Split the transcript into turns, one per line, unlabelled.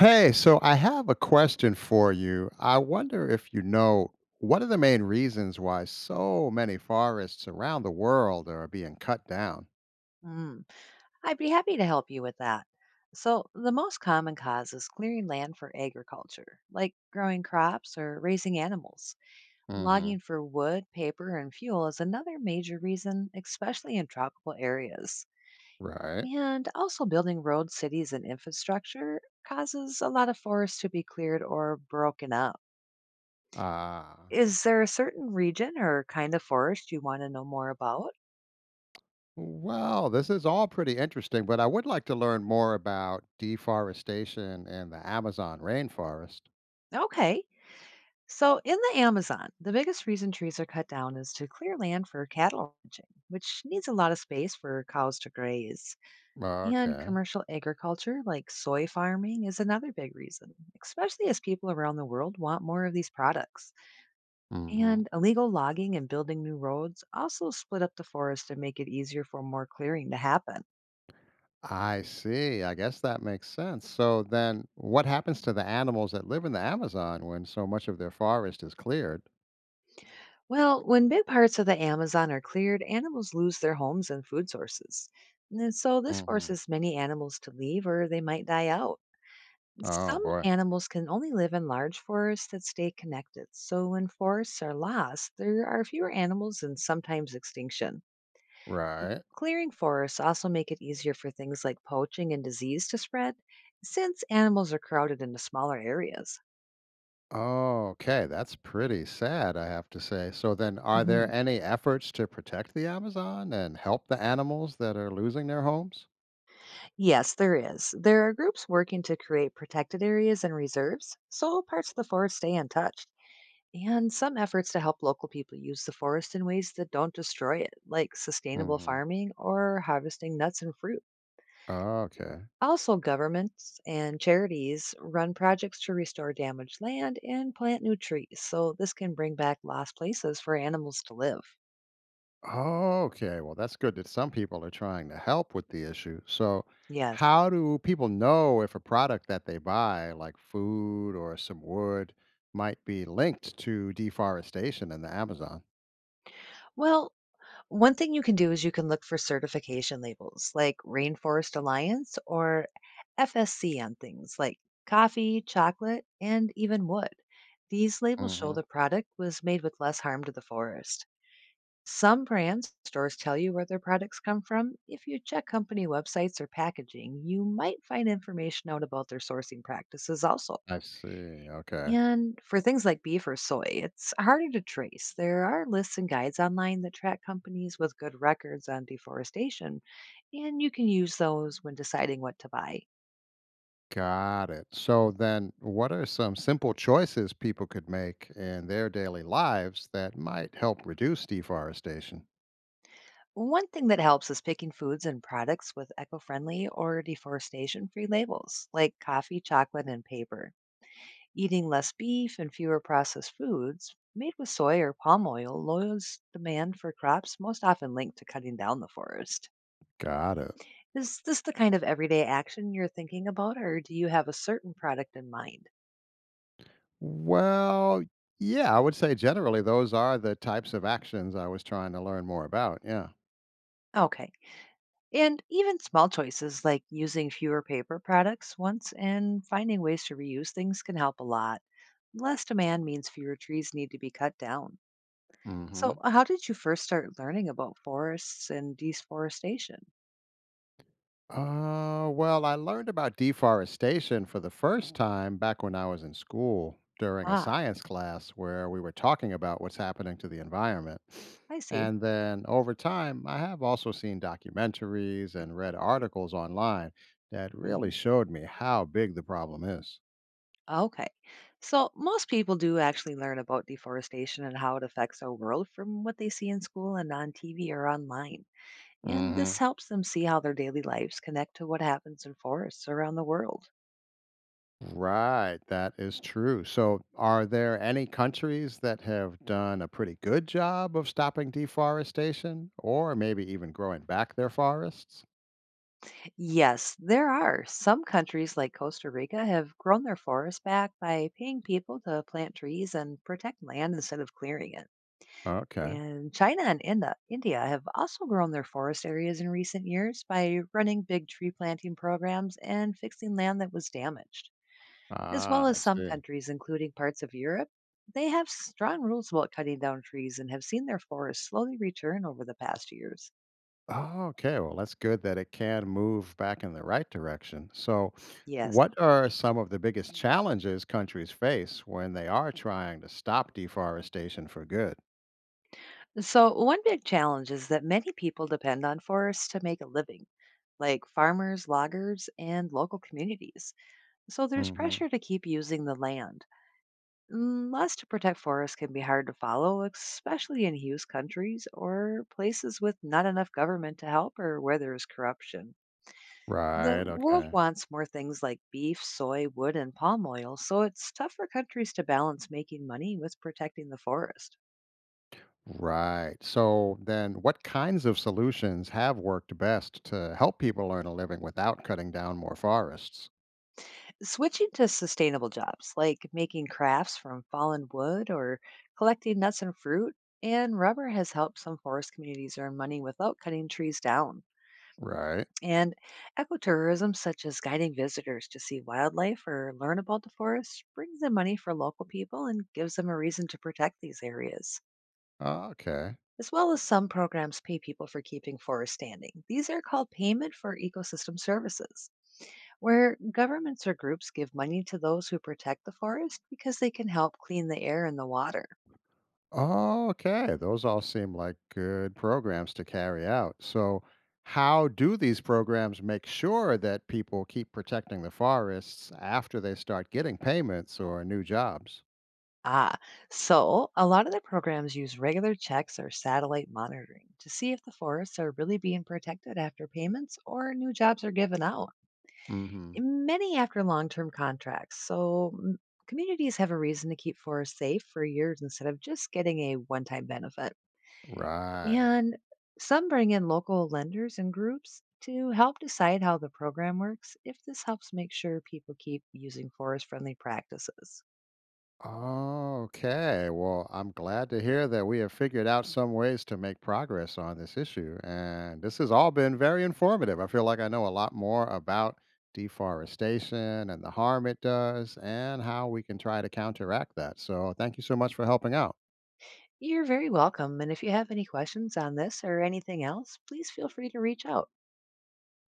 Hey, so I have a question for you. I wonder if you know what are the main reasons why so many forests around the world are being cut down?
Mm. I'd be happy to help you with that. So, the most common cause is clearing land for agriculture, like growing crops or raising animals.
Hmm.
Logging for wood, paper, and fuel is another major reason, especially in tropical areas.
Right.
And also, building roads, cities, and infrastructure causes a lot of forests to be cleared or broken up.
Ah.
Is there a certain region or kind of forest you want to know more about?
Well, this is all pretty interesting, but I would like to learn more about deforestation in the Amazon rainforest.
Okay. So, in the Amazon, the biggest reason trees are cut down is to clear land for cattle ranching, which needs a lot of space for cows to graze. And
Okay.
commercial agriculture, like soy farming, is another big reason, especially as people around the world want more of these products.
Hmm.
And illegal logging and building new roads also split up the forest and make it easier for more clearing to happen.
I see. I guess that makes sense. So then, what happens to the animals that live in the Amazon when so much of their forest is cleared?
Well, when big parts of the Amazon are cleared, animals lose their homes and food sources. And so this
Mhm.
forces many animals to leave or they might die out.
Oh,
Some
boy.
animals can only live in large forests that stay connected. So when forests are lost, there are fewer animals and sometimes extinction.
Right.
Clearing forests also make it easier for things like poaching and disease to spread since animals are crowded into smaller areas.
Oh, okay, that's pretty sad, I have to say. So then are there
Mhm.
any efforts to protect the Amazon and help the animals that are losing their homes?
Yes, there is. There are groups working to create protected areas and reserves so parts of the forest stay untouched, and some efforts to help local people use the forest in ways that don't destroy it, like sustainable
Mhm.
farming or harvesting nuts and fruit.
Okay.
Also, governments and charities run projects to restore damaged land and plant new trees, so this can bring back lost places for animals to live.
Okay, well that's good that some people are trying to help with the issue. So
Yes.
how do people know if a product that they buy, like food or some wood, might be linked to deforestation in the Amazon?
Well, one thing you can do is you can look for certification labels like Rainforest Alliance or FSC on things like coffee, chocolate, and even wood. These labels show
Mhm.
the product was made with less harm to the forest. Some brands stores tell you where their products come from. If you check company websites or packaging, you might find information out about their sourcing practices also.
I see. Okay.
And for things like beef or soy, it's harder to trace. There are lists and guides online that track companies with good records on deforestation, and you can use those when deciding what to buy.
Got it. So then, what are some simple choices people could make in their daily lives that might help reduce deforestation?
One thing that helps is picking foods and products with eco friendly or deforestation free labels, like coffee, chocolate, and paper. Eating less beef and fewer processed foods made with soy or palm oil lowers demand for crops most often linked to cutting down the forest.
Got it.
Is this the kind of everyday action you're thinking about, or do you have a certain product in mind?
Well, yeah, I would say generally those are the types of actions I was trying to learn more about. Yeah.
Okay. And even small choices like using fewer paper products once and finding ways to reuse things can help a lot. Less demand means fewer trees need to be cut down. So,
Hmm.
how did you first start learning about forests and deforestation?
Well, I learned about deforestation for the first time back when I was in school during a
Ah,
science class where we were talking about what's happening to the environment.
I see.
And then over time, I have also seen documentaries and read articles online that really
Mm,
showed me how big the problem is.
okay. So, most people do actually learn about deforestation and how it affects our world from what they see in school and on TV or online. And
Hmm.
this helps them see how their daily lives connect to what happens in forests around the world.
Right, that is true. So, are there any countries that have done a pretty good job of stopping deforestation or maybe even growing back their forests?
Yes, there are. Some countries like Costa Rica have grown their forests back by paying people to plant trees and protect land instead of clearing it.
Okay.
And China and India have also grown their forest areas in recent years by running big tree planting programs and fixing land that was damaged. As well
Ah, I
as some
see.
countries, including parts of Europe, they have strong rules about cutting down trees and have seen their forests slowly return over the past years.
Oh, okay. Well, that's good that it can move back in the right direction. So,
Yes.
what are some of the biggest challenges countries face when they are trying to stop deforestation for good?
So, one big challenge is that many people depend on forests to make a living, like farmers, loggers, and local communities. So, there's
Hmm.
pressure to keep using the land. Laws to protect forests can be hard to follow, especially in huge countries or places with not enough government to help or where there is corruption. The
Right.
world
Okay.
wants more things like beef, soy, wood, and palm oil, so it's tough for countries to balance making money with protecting the forest.
Right. So then what kinds of solutions have worked best to help people earn a living without cutting down more forests?
Switching to sustainable jobs, like making crafts from fallen wood or collecting nuts and fruit and rubber, has helped some forest communities earn money without cutting trees down.
Right.
And ecotourism, such as guiding visitors to see wildlife or learn about the forest, brings in money for local people and gives them a reason to protect these areas.
Okay.
As well as some programs pay people for keeping forests standing. These are called payment for ecosystem services, where governments or groups give money to those who protect the forest because they can help clean the air and the water.
Okay. Those all seem like good programs to carry out. So how do these programs make sure that people keep protecting the forests after they start getting payments or new jobs?
Ah, so a lot of the programs use regular checks or satellite monitoring to see if the forests are really being protected after payments or new jobs are given out.
Mhm.
Many after long term contracts, so communities have a reason to keep forests safe for years instead of just getting a one time benefit.
Right.
And some bring in local lenders and groups to help decide how the program works if this helps make sure people keep using forest friendly practices.
Oh, okay. Well, I'm glad to hear that we have figured out some ways to make progress on this issue. And this has all been very informative. I feel like I know a lot more about deforestation and the harm it does and how we can try to counteract that. So, thank you so much for helping out.
You're very welcome. And if you have any questions on this or anything else, please feel free to reach out.